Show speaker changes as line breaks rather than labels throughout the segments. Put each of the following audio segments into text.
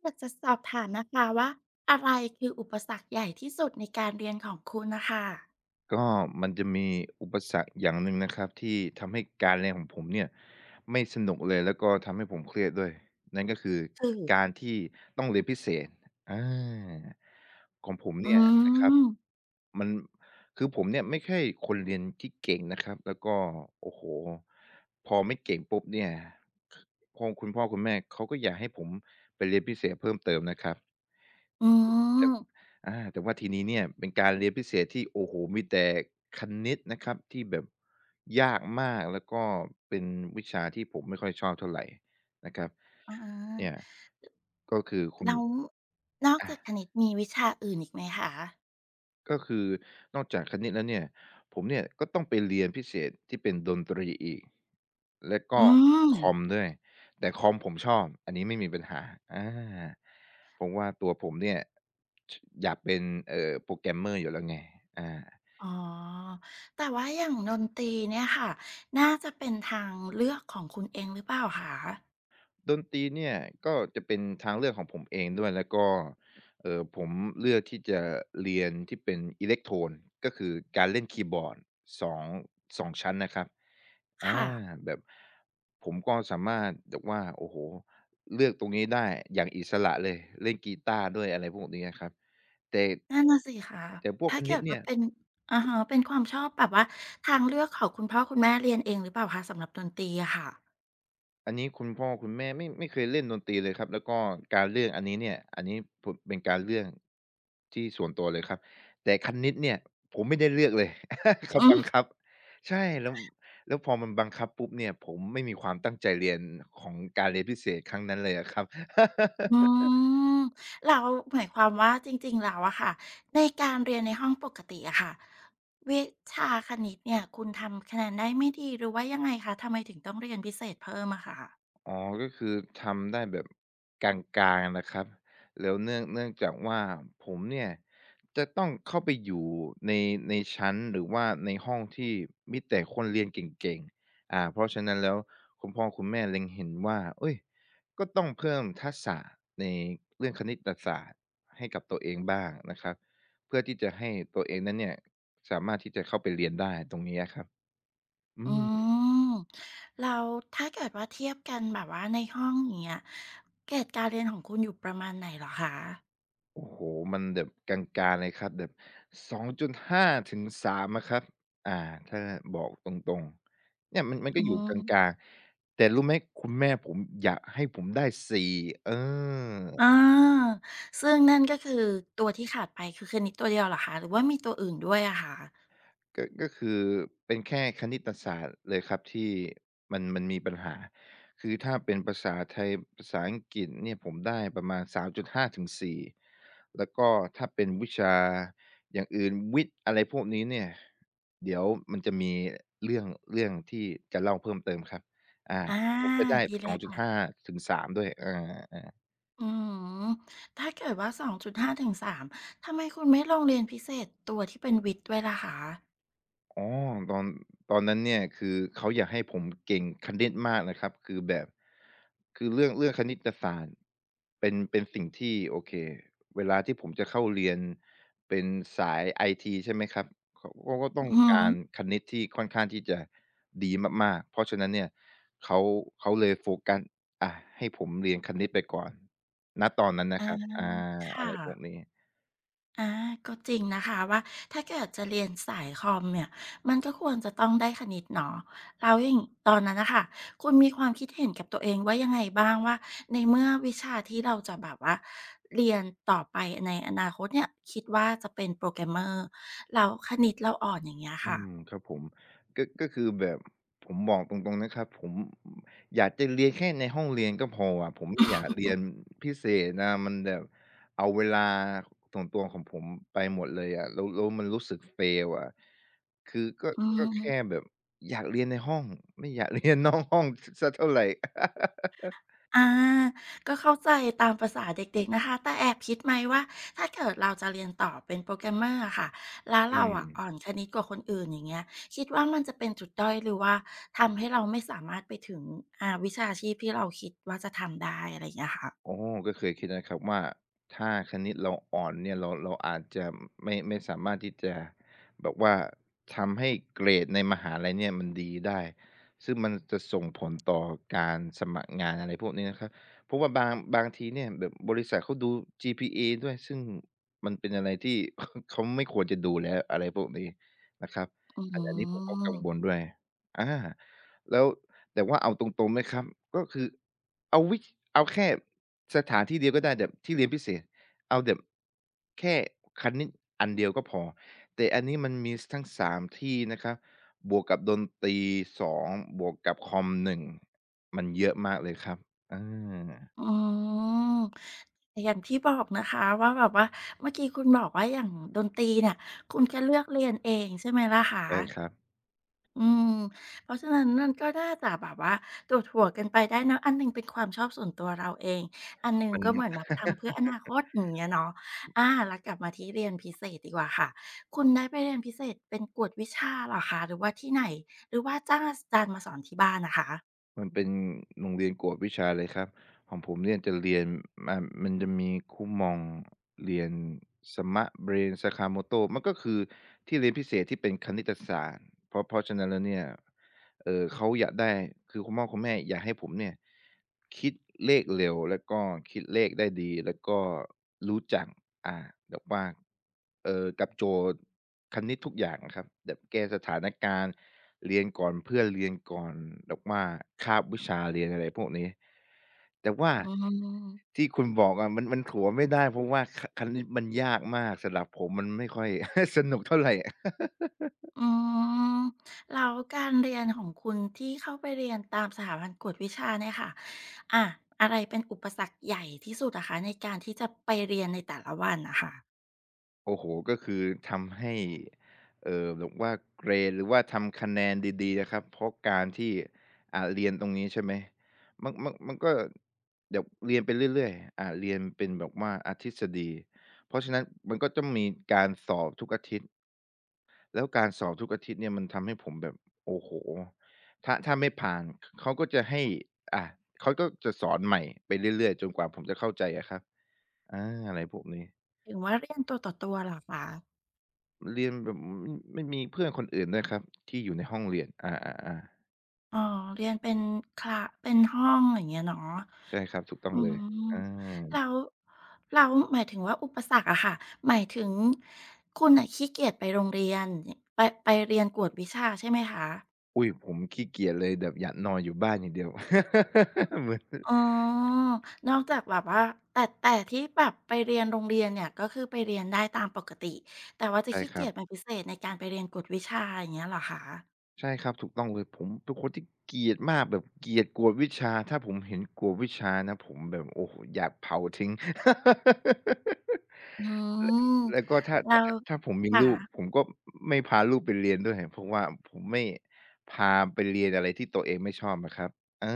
อยากจะสอบถามนะคะว่าอะไรคืออุปสรรคใหญ่ที่สุดในการเรียนของคุณนะคะ
ก็มันจะมีอุปสรรคอย่างหนึ่งนะครับที่ทำให้การเรียนของผมเนี่ยไม่สนุกเลยแล้วก็ทำให้ผมเครียดด้วยนั่นก็คือ
คือ
การที่ต้องเรียนพิเศษอาของผม
อื
เนี่ยนะครับ
ม
มันคือผมเนี่ยไม่ใช่คนเรียนที่เก่งนะครับแล้วก็โอ้โฮพอไม่เก่งปุ๊บเนี่ยคพอคุณพ่อคุณแม่เขาก็อยากให้ผมไปเรียนพิเศษเพิ่มเติมนะครับ
อื
แต่
ม
แต่ว่าทีนี้เนี่ยเป็นการเรียนพิเศษที่โอ้โฮมีแต่คณิตนะครับที่แบบยากมากแล้วก็เป็นวิชาที่ผมไม่ค่อยชอบเท่าไรนะครับ
อ
เนี่ย
า
ก็คือคุณ
แล้วนอก
อา
จากคณิตมีวิชาอื่นอีกไหมคะ
ก็คือนอกจากคณิตแล้วเนี่ยผมเนี่ยก็ต้องไปเรียนพิเศษที่เป็นดนตรีอีกแล้วก็
อืม
คอมด้วยแต่คอมผมชอบอันนี้ไม่มีปัญหาอาเพราะว่าตัวผมเนี่ยชอยากเป็นโปรแกรมเมอร์อยู่แล้วไงอา
อ๋อแต่ว่าอย่างดนตรีเนี่ยค่ะน่าจะเป็นทางเลือกของคุณเองหรือเปล่าคะ
ดนตรีเนี่ยก็จะเป็นทางเลือกของผมเองด้วยแล้วก็ผมเลือกที่จะเรียนที่เป็นอิเล็กโทรนก็คือการเล่นคีย์บอร์ดสองสองชั้นนะครับอา
ค่ะ
แบบผมก็สามารถแบบว่าโอ้โฮเลือกตรงนี้ได้อย่างอิสระเลยเล่นกีตาร์ด้วยอะไรพวกนี้อะครับแต่
นั่นน่ะสิคะ
แต่พวก
ถ้า
คณิ
เกิ
ต
ด
เนี่
ว่า
ย
เป็นอะฮะเป็นความชอบแบบว่าทางเลือกของคุณพ่อคุณแม่เรียนเองหรือเปล่าคะสำหรับดนตรีอะค่ะ
อันนี้คุณพ่อคุณแม่ไม่เคยเล่นดนตรีเลยครับแล้วก็การเลือกอันนี้เนี่ยอันนี้ผมเป็นการเลือกที่ส่วนตัวเลยครับแต่คณิตเนี่ยผมไม่ได้เลือกเลย เขา
อื
บั
ม
งคับใช่แล้วแล้วพอมันบังคับปุ๊บเนี่ยผมไม่มีความตั้งใจเรียนของการเรียนพิเศษครั้งนั้นเลยอะครับ
อื มแล้วหมายความว่าจริงๆแล้วอะค่ะในการเรียนในห้องปกติอะค่ะวิชาคณิตเนี่ยคุณทำคะแนนได้ไม่ดีหรือว่ายังไงคะทำไมถึงต้องเรียนพิเศษเพิ่มอะค่ะ
อ๋อ ก็คือทำได้แบบกลางๆนะครับแล้วเนื่องจากว่าผมเนี่ยจะต้องเข้าไปอยู่ในในชั้นหรือว่าในห้องที่มีแต่คนเรียนเก่งๆอ่าเพราะฉะนั้นแล้วคุณพ่อคุณแม่เล็งเห็นว่าเฮ้ยก็ต้องเพิ่มทักษะในเรื่องคณิตศาสตร์ให้กับตัวเองบ้างนะครับเพื่อที่จะให้ตัวเองนั้นเนี่ยสามารถที่จะเข้าไปเรียนได้ตรงนี้อะครับอื
อื
ม
มแล้วถ้าเกิดว่าเทียบกันแบบว่าในห้องอย่างเงี้ยเกรดการเรียนของคุณอยู่ประมาณไหนเหรอคะ
โอ้โฮมันแบบลางๆเลยครับแบบสองจุดห้าถึงสามอะครับอ่าถ้าบอกตรงๆเนี่ยมันก็
อื
อยู่กลาง
ม
ๆแต่รู้ไหมคุณแม่ผมอยากให้ผมได้สี่เออ
อาซึ่งนั่นก็คือตัวที่ขาดไปคือคณิตตัวเดียวเหรอคะหรือว่ามีตัวอื่นด้วยอะคะ
ก็คือเป็นแค่คณิตศาสตร์เลยครับที่มันมีปัญหาคือถ้าเป็นภาษาไทยภาษาอังกฤษเนี่ยผมได้ประมาณ3.5ถึง4แล้วก็ถ้าเป็นวิชาอย่างอื่นวิทย์อะไรพวกนี้เนี่ยเดี๋ยวมันจะมีเรื่องเรื่องที่จะเล่าเพิ่มเติมครับอา
อา
ผมจะได้
ดีเลย
2.5
ค่ะ
ถึง3ด้วยา
อืมถ้าเกิดว่า2.5ถึง3ทำไมคุณไม่ลองเรียนพิเศษตัวที่เป็นวิทย์ด้วยล่ะคะ
อ๋อตอนตอนนั้นเนี่ยคือเขาอยากให้ผมเก่งคณิตมากนะครับคือแบบคือเรื่องคณิตศาสตร์เป็นสิ่งที่โอเคเวลาที่ผมจะเข้าเรียนเป็นสายไอทีใช่ไหมครับเขาก็ต้
อื
อ
อ
ง
ฮึ
การคณิตที่ค่อนข้างที่จะดีมากๆเพราะฉะนั้นเนี่ยเขาเขาเลยโฟกัสอาให้ผมเรียนคณิตไปก่อนณตอนนั้นนะ
อา
ครับอะ
ค่ะ
ไรพวกนี้
อาก็จริงนะคะว่าถ้าเกิดจะเรียนสายคอมเนี่ยมันก็ควรจะต้องได้คณิตเนาะแล้วอย่างตอนนั้นน่ะค่ะคุณมีความคิดเห็นกับตัวเองว่ายังไงบ้างว่าในเมื่อวิชาที่เราจะแบบว่าเรียนต่อไปในอนาคตเนี่ยคิดว่าจะเป็น Programmer แล้วคณิตเราอ่อนอย่างเงี้ย
อื
ค่ะ
มครับผมก็คือแบบผมบอกตรงๆนะครับผมอยากจะเรียนแค่ในห้องเรียนก็พออะผมไม่อยากเรียนพิเศษอะมันแบบเอาเวลาส่วนตัวของผมไปหมดเลยอะแล้วมันรู้สึก fail อะคือก็
อื
ก็
ม
แค่แบบอยากเรียนในห้องไม่อยาก เรียนนอกห้องสสักเท่าไร
อ่าก็เข้าใจตามประสาเด็กๆนะคะแต่แอบคิดไหมว่าถ้าเกิดเราจะเรียนต่อเป็น p r o g r a ม m e r อะค่ะแล้ว
อื
เราอะอ่อน
ม
คณิตกว่าคนอื่นอย่างเงี้ยคิดว่ามันจะเป็นจุดด้อยหรือว่าทำให้เราไม่สามารถไปถึงอ่าวิชาชีพที่เราคิดว่าจะทำได้อะไรอย่างเงี้ย
อ๋
ค่ะ
อก็เคยคิดนะครับว่าถ้าคณิตเราอ่อนเนี่ยเราอาจจะไม่สามารถที่จะแบบว่าทำให้เกรดในมหาลัยเนี่ยมันดีได้ซึ่งมันจะส่งผลต่อการสมัครงานอะไรพวกนี้นะครับเพราะว่าบางทีเนี่ยแบบบริษัทเขาดู GPA ด้วยซึ่งมันเป็นอะไรที่เขาไม่ควรจะดูแล้วอะไรพวกนี้นะครับ
อื
อันนี้ผมก็กั
ม
งวลด้วยอาแล้วแต่ว่าเอาตรงๆนะครับก็คือ เอาวิเอาแค่สถานที่เดียวก็ได้แบบที่เรียนพิเศษเอาแบบแค่คณิตอันเดียวก็พอแต่อันนี้มันมีทั้ง3ที่นะครับบวกกับดนตรี2บวกกับคอม1มันเยอะมากเลยครับอา
อืมอย่างที่บอกนะคะว่าแบบว่าเมื่อกี้คุณบอกว่าอย่างดนตรีเนี่ยคุณก็เลือกเรียนเองใช่ไหมล่ะคะ
ใช่ครับ
อืม เพราะฉะนั้นมันก็น่าจะแบบว่าถัวถ่วงกันไปได้เนาะอันหนึ่งเป็นความชอบส่วนตัวเราเองอันหนึ่ง
มัน
ก็เหมือนแบบทำเพื่ออนาคตอย่างเงี้ยเนาะอาแล้วกลับมาที่เรียนพิเศษดีกว่าค่ะ คุณได้ไปเรียนพิเศษเป็นกวดวิชาเหรอคะหรือว่าที่ไหน หรือว่าจ้างอาจารย์มาสอนที่บ้านอะคะ
มันเป็นโรงเรียนกวดวิชาเลยครับของผมเนี่ยจะเรียนมันจะมีคุมองเรียน Smart-Brain Sakamoto มันก็คือที่เรียนพิเศษที่เป็นคณิตศาสตร์เพราะฉะนั้นแล้วเนี่ยเขาอยากได้คือคุณพ่อคุณแม่อยากให้ผมเนี่ยคิดเลขเร็วแล้วก็คิดเลขได้ดีแล้วก็รู้จักอ่าแบบว่ากับโจทย์ คณิตทุกอย่างอะครับแบบแก้สถานการณ์เรียนก่อนเพื่อนเรียนก่อนแบบว่าคาบวิชาเรียนอะไรพวกนี้แต่ว่า
อืม
ที่คุณบอกอะมันถัวไม่ได้เพราะว่าคณิตมันยากมากสำหรับผมมันไม่ค่อย สนุกเท่าไร
อืมแล้วการเรียนของคุณที่เข้าไปเรียนตามสถาบันกวดวิชาเนี่ยค่ะอ่าอะไรเป็นอุปสรรคใหญ่ที่สุดอะคะในการที่จะไปเรียนในแต่ละวันอะค่ะ
โอ้โฮก็คือทำให้แบบว่าเกรดหรือว่าทำคะแนนดีๆนะครับเพราะการที่เรียนตรงนี้ใช่ไหมมันก็เดี๋ยวเรียนไปเรื่อยๆเรียนเป็นแบบว่าทฤษฎีเพราะฉะนั้นมันก็ต้องมีการสอบทุกอาทิตย์แล้วการสอบทุกอาทิตย์เนี่ยมันทำให้ผมแบบโอ้โฮถ้าไม่ผ่านเขาก็จะให้อ่าเขาก็จะสอนใหม่ไปเรื่อยๆจนกว่าผมจะเข้าใจอะครับอาอะไรพวกนี้
ถึงว่าเรียนตัวต่อตัวเหรอคะ
เรียนแบบไม่มีเพื่อนคนอื่นด้วยครับที่อยู่ในห้องเรียนอาๆๆ
อ๋อเรียนเป็นคละเป็นห้องอย่างเงี้ยเนาะ
ใช่ครับถูกต้อง
อื
เลย
ม
อ
แล้
า
วแล้วหมายถึงว่าอุปสรรคอะค่ะหมายถึงคุณน่ะขี้เกียจไปโรงเรียนยไปไปเรียนกวดวิชาใช่ไหมคะ
อุ๊ยผมขี้เกียจเลยแบบอยากนอนอยู่บ้านอย่างเดียว เหมือน
อ๋อนอกจากแบบว่าแต่ที่แบบไปเรียนโรงเรียนเนี่ยก็คือไปเรียนได้ตามปกติแต่ว่าจะ
ใช่
ขี้
ครั
เกีย
บ
จเป็นพิเศษในการไปเรียนกวดวิชาอย่างเงี้ยเหรอคะ
ใช่ครับถูกต้องเลยผมเป็นคนที่เกลียดมากแบบเกลียดกวดวิชาถ้าผมเห็นกวดวิชานะผมแบบโอ้โฮอยากเผาทิ้ง
อื
แล้ว
ม
ก็ถ้า
แล้
ถ้า
ว
ถ้าถ้าผมมีลูกผ
ค่ะ
มก็ไม่พาลูกไปเรียนด้วยเพราะว่าผมไม่พาไปเรียนอะไรที่ตัวเองไม่ชอบอะครับเอ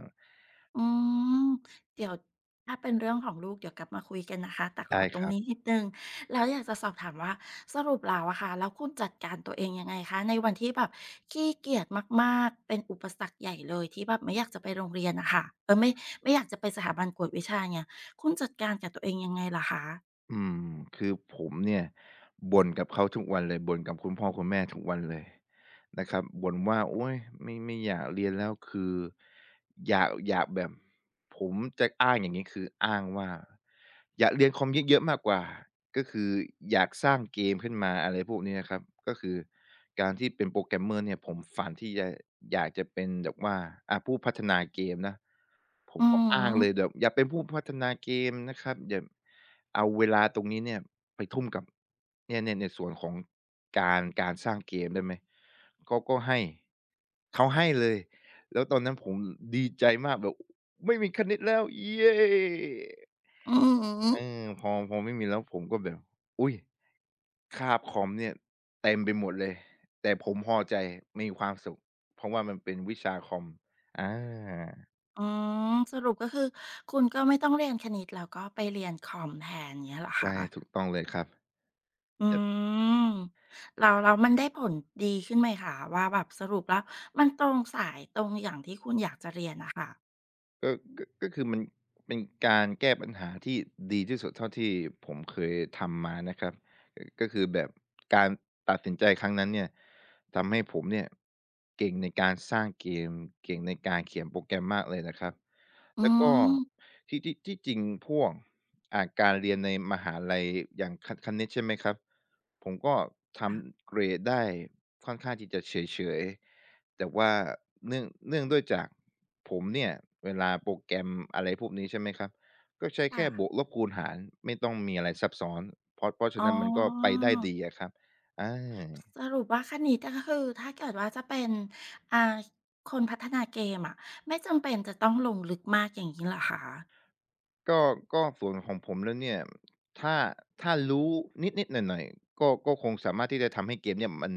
อ
อืมเดี๋ยวถ้าเป็นเรื่องของลูกเดี๋ยวกลับมาคุยกันนะคะแต่ขอ
ได้
ตร
ค
ง
รับ
นี้นิดหนึ่งแล้วอยากจะสอบถามว่าสรุปแล้วอะค่ะแล้วคุณจัดการตัวเองยังไงคะในวันที่แบบขี้เกียจมาก ๆ เป็นอุปสรรคใหญ่เลยที่แบบไม่อยากจะไปโรงเรียนนะค่ะเออไม่ไม่อยากจะไปสถาบันกวดวิชาเนี่ยคุณจัดการกับตัวเองยังไงล่ะคะ
อืมคือผมเนี่ยบ่นกับเขาทุกวันเลยบ่นกับคุณพ่อคุณแม่ทุกวันเลยนะครับบ่นว่าโอ๊ยไม่อยากเรียนแล้วคืออยากแบบผมจะอ้างอย่างงี้คืออ้างว่าอยากเรียนคอมเยอะๆมากกว่าก็คืออยากสร้างเกมขึ้นมาอะไรพวกนี้นะครับก็คือการที่เป็น Programmer เนี่ยผมฝันที่จะอยากจะเป็นแบบว่าอาผู้พัฒนาเกมนะ ผม
อื
ก็อ้างเลย
ม
แบบอยากเป็นผู้พัฒนาเกมนะครับอย่าเอาเวลาตรงนี้เนี่ยไปทุ่มกับเนี่ยๆในส่วนของการสร้างเกมได้ไหมเขาก็ให้เขาให้เลยแล้วตอนนั้นผมดีใจมากแบบไม่มีคณิตแล้วเย้
อืม
เออพอไม่มีแล้วผมก็แบบอุ๊ยคาบคอมเนี่ยเต็มไปหมดเลยแต่ผมพอใจมีความสุขเพราะว่ามันเป็นวิชาคอมอา
อืมสรุปก็คือคุณก็ไม่ต้องเรียนคณิตแล้วก็ไปเรียนคอมแทนเนี้ยเหรอ
ใช่
คะ
ถูกต้องเลยครับ
อื
แต่
มแล้วมันได้ผลดีขึ้นไหมคะว่าแบบสรุปแล้วมันตรงสายตรงอย่างที่คุณอยากจะเรียนน่ะค่ะ
ก็ก็คือมันเป็นการแก้ปัญหาที่ดีที่สุดเท่าที่ผมเคยทำมานะครับ ก็คือแบบการตัดสินใจครั้งนั้นเนี่ยทำให้ผมเนี่ยเก่งในการสร้างเกมเก่งในการเขียนโปรแกรมมากเลยนะครับ
อื
แล้วก็
ม
ที่จริงพวกการเรียนในมหาลัยอย่างคณิตใช่ไหมครับผมก็ท
ค่ะ
ำเกรดได้ค่อนข้างที่จะเฉยๆแต่ว่าเนื่องด้วยจากผมเนี่ยเวลาโปรแกรมอะไรพวกนี้ใช่ไหมครับ ก็ใช้
ค่ะ
แค่บวกลบคูณหารไม่ต้องมีอะไรซับซ้อนเพราะ
อ๋
ฉะ
อ
นั้นมันก็ไปได้ดีอะครับอา
สรุปว่าคณิตก็คือถ้าเกิดว่าจะเป็นอ่าคนพัฒนาเกมอะไม่จำเป็นจะต้องลงลึกมากอย่างงี้เหรอคะ
ก็ก็ส่วนของผมแล้วเนี่ยถ้าถ้ารู้นิดๆหน่อยๆก็คงสามารถที่จะทำให้เกมเนี่ยมัน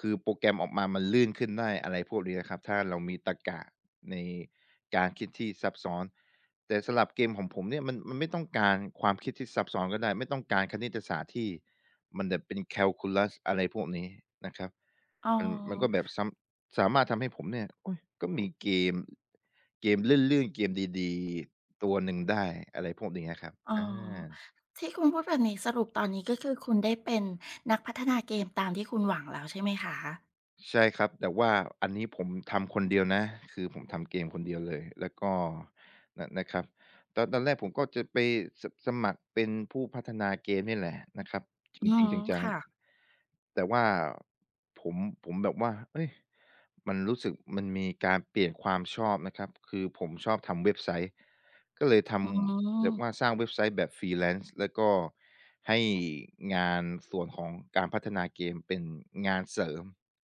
คือโปรแกรมออกมามันลื่นขึ้นได้อะไรพวกนี้นะครับถ้าเรามีตรรกะในการคิดที่ซับซ้อนแต่สำหรับเกมของผมเนี่ยมันไม่ต้องการความคิดที่ซับซ้อนก็ได้ไม่ต้องการคณิตศาสตร์ที่มันแบบเป็นแคลคูลัสอะไรพวกนี้นะครับ
อ๋อ
มันก็แบบซ้ำสามารถทำให้ผมเนี่ยโอ๊ยก็มีเกมเกมลื่นๆเกมดีๆตัวหนึ่งได้อะไรพวกเนี้ยครับ
อ๋อ
อา
ที่คุณพูดแบบนี้สรุปตอนนี้ก็คือคุณได้เป็นนักพัฒนาเกมตามที่คุณหวังแล้วใช่ไหมคะ
ใช่ครับแต่ว่าอันนี้ผมทำคนเดียวนะคือผมทำเกมคนเดียวเลยแล้วก็นะครับตอนแรกผมก็จะไปสมัครเป็นผู้พัฒนาเกมนี่แหละนะครับจ
อื
ริง
ม
ๆจัง
ค่ะ
ๆแต่ว่าผมผมแบบว่าเฮ้ยมันรู้สึกมันมีการเปลี่ยนความชอบนะครับคือผมชอบทำเว็บไซต์ก็เลยท
อื
ำแบบว่าส
ม
ร้างเว็บไซต์แบบ Freelance แล้วก็ให้งานส่วนของการพัฒนาเกมเป็นงานเสริม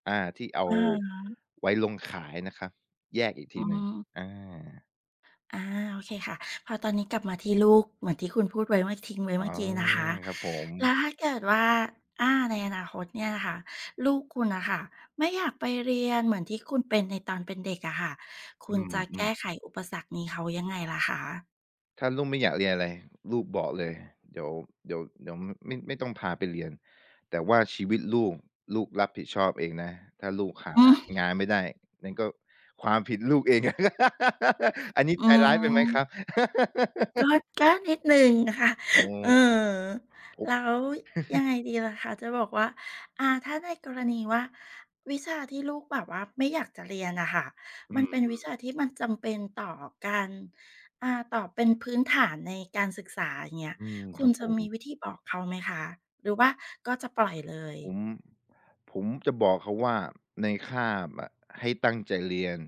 อ่าที่เอา
อา
ไว้ลงขายนะครับแยกอีก
อื
ทีหนึ่ง
ม
อา
อาโอเคค่ะพอตอนนี้กลับมาที่ลูกเหมือนที่คุณพูดไว้ว่าทิ้งไว้
อ๋
เมื่
อ
อกี้นะคะ
ครับผม
แล้วถ้าเกิดว่าอาในอนาคตเนี่ยนะคะลูกคุณน่ะค่ะไม่อยากไปเรียนเหมือนที่คุณเป็นในตอนเป็นเด็กอะค่ะ
อื
คุณจะ
ม
แก้ไข
ๆ
อุปสรรคนี้เขายังไงล่ะคะ
ถ้าลูกไม่อยากเรียนอะไรลูกบอกเลยเดี๋ยวเดี๋ยวไม่ต้องพาไปเรียนแต่ว่าชีวิตลูกลูกรับผิดชอบเองนะถ้าลูกหา
อืม
งานไม่ได้นั่นก็ความผิดลูกเอง อันนี้
อื
ใจร้ายไปไหม
ม
ครับ
ก็ ก็นิดหนึ่งค่ะ
อ๋อ
เออ
พ
แล้
บ
วยังไงดีล่ะคะจะบอกว่าอาถ้าในกรณีว่าวิชาที่ลูกแบบว่าไม่อยากจะเรียนอะค่ะ
อื
มันเป็น
ม
วิชาที่มันจำเป็นต่อการอ่าต่อเป็นพื้นฐานในการศึกษาอย่างเงี้ย
อืมค
คุณ
รับผ
จะ
ม
มีวิธีบอกเขาไหมคะหรือว่าก็จะปล่อยเลย
ผมผมจะบอกเขาว่าในคาบอะให้ตั้งใจเรียน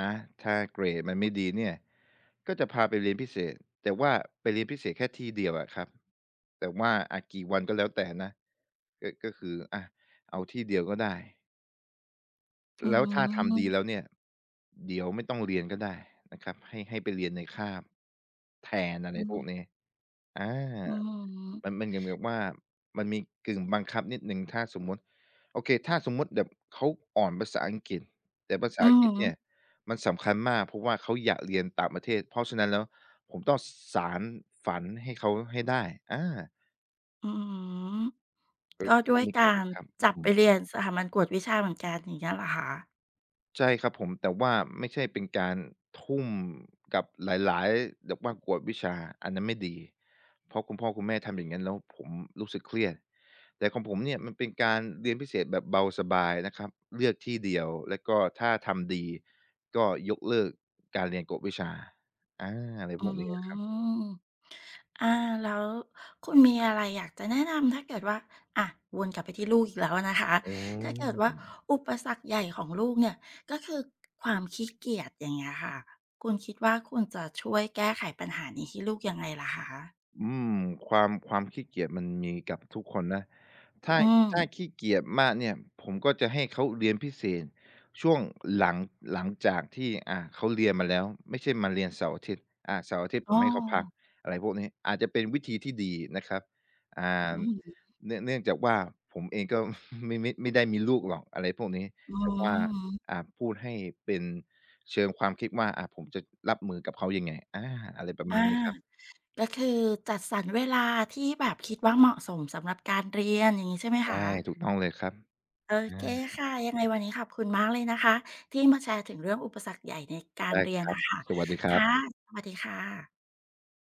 นะถ้าเกรดมันไม่ดีเนี่ยก็จะพาไปเรียนพิเศษแต่ว่าไปเรียนพิเศษแค่ที่เดียวอะครับแต่ว่าอะกี่วันก็แล้วแต่นะก็คืออะเอาที่เดียวก็ได้
อื
แล้วถ้าทำดีแล้ว
ม
เนี่ยเดี๋ยวไม่ต้องเรียนก็ได้นะครับให้ไปเรียนในคาบแทนอะไร
อื
พว
อ
กนี้อา
อือฮึ
มันเหมือนกับว่ามันมีกึ่งบังคับนิดหนึ่งถ้าสมมุติโอเคถ้าสมมุติแบบเขาอ่อนภาษาอังกฤษแต่ภาษา
อื
อั
อ
งกฤษ
ฮึ
เนี่ยมันสำคัญมากเพราะว่าเขาอยากเรียนต่างประเทศเพราะฉะนั้นแล้วผมต้องสานฝันให้เขาให้ได้อา
อืม
ก็
ก็
ก็
ด้
ต้
ว
อง
ย
มีการ
กา
บั
ร
งคับ
จับ
อื
ไป
ม
เรียนสถาบันกวดวิชาเหมือนกันอย่างเงี้ยเหรอคะ
ใช่ครับผมแต่ว่าไม่ใช่เป็นการทุ่มกับหลายๆแบบว่ากวดวิชาอันนั้นไม่ดีเพราะคุณพ่อคุณแม่ทำอย่างงั้นแล้วผมรู้สึกเครียดแต่ของผมเนี่ยมันเป็นการเรียนพิเศษแบบเบาสบายนะครับเลือกที่เดียวแล้วก็ถ้าทำดีก็ยกเลิกการเรียนกวดวิชาอาอะไรพ
อื
วกนี้อะครับ
มอาแล้วคุณมีอะไรอยากจะแนะนำถ้าเกิดว่าอะวนกลับไปที่ลูกอีกแล้วนะคะ
อื
ถ้าเกิดว่า
ม
อุปสรรคใหญ่ของลูกเนี่ยก็คือความขี้เกียจอย่างเงี้ยค่ะคุณคิดว่าคุณจะช่วยแก้ไขปัญหานี้ให้ลูกยังไงล่ะคะ
อืมความขี้เกียจมันมีกับทุกคนนะถ้า
อื
ถ้า
ม
ขี้เกียจมากเนี่ยผมก็จะให้เขาเรียนพิเศษช่วงหลังหลังจากที่เขาเรียนมาแล้วไม่ใช่มาเรียนเสาร์อาทิตย์เสาร์อาทิตย์ผ
อ้อ
มให้เขาพักอะไรพวกนี้อาจจะเป็นวิธีที่ดีนะครับอ่อา
อื
ม
อฮึ
เนื่องจากว่าผมเองก็ ไม่ได้มีลูกหรอกอะไรพวกนี้
อื
แต่ว่า
ม
พูดให้เป็นเชิงความคิดว่าผมจะรับมือกับเขายังไงอาอะไรประ
อา
มาณนี้ครับ
ก็คือจัดสรรเวลาที่แบบคิดว่าเหมาะสมสำหรับการเรียนอย่างงี้ใช่ไหม
ใช่
คะ
ถูกต้องเลยครับ
โอเค
อา
ค่ะยังไงวันนี้ขอบคุณมากเลยนะคะที่มาแชร์ถึงเรื่องอุปสรรคใหญ่ในการ
ได้
เรีย
ค
น
รับ
น่ะค่ะ
สวัสดีครั
ค่ะ
บ
สวัสดีค่ะ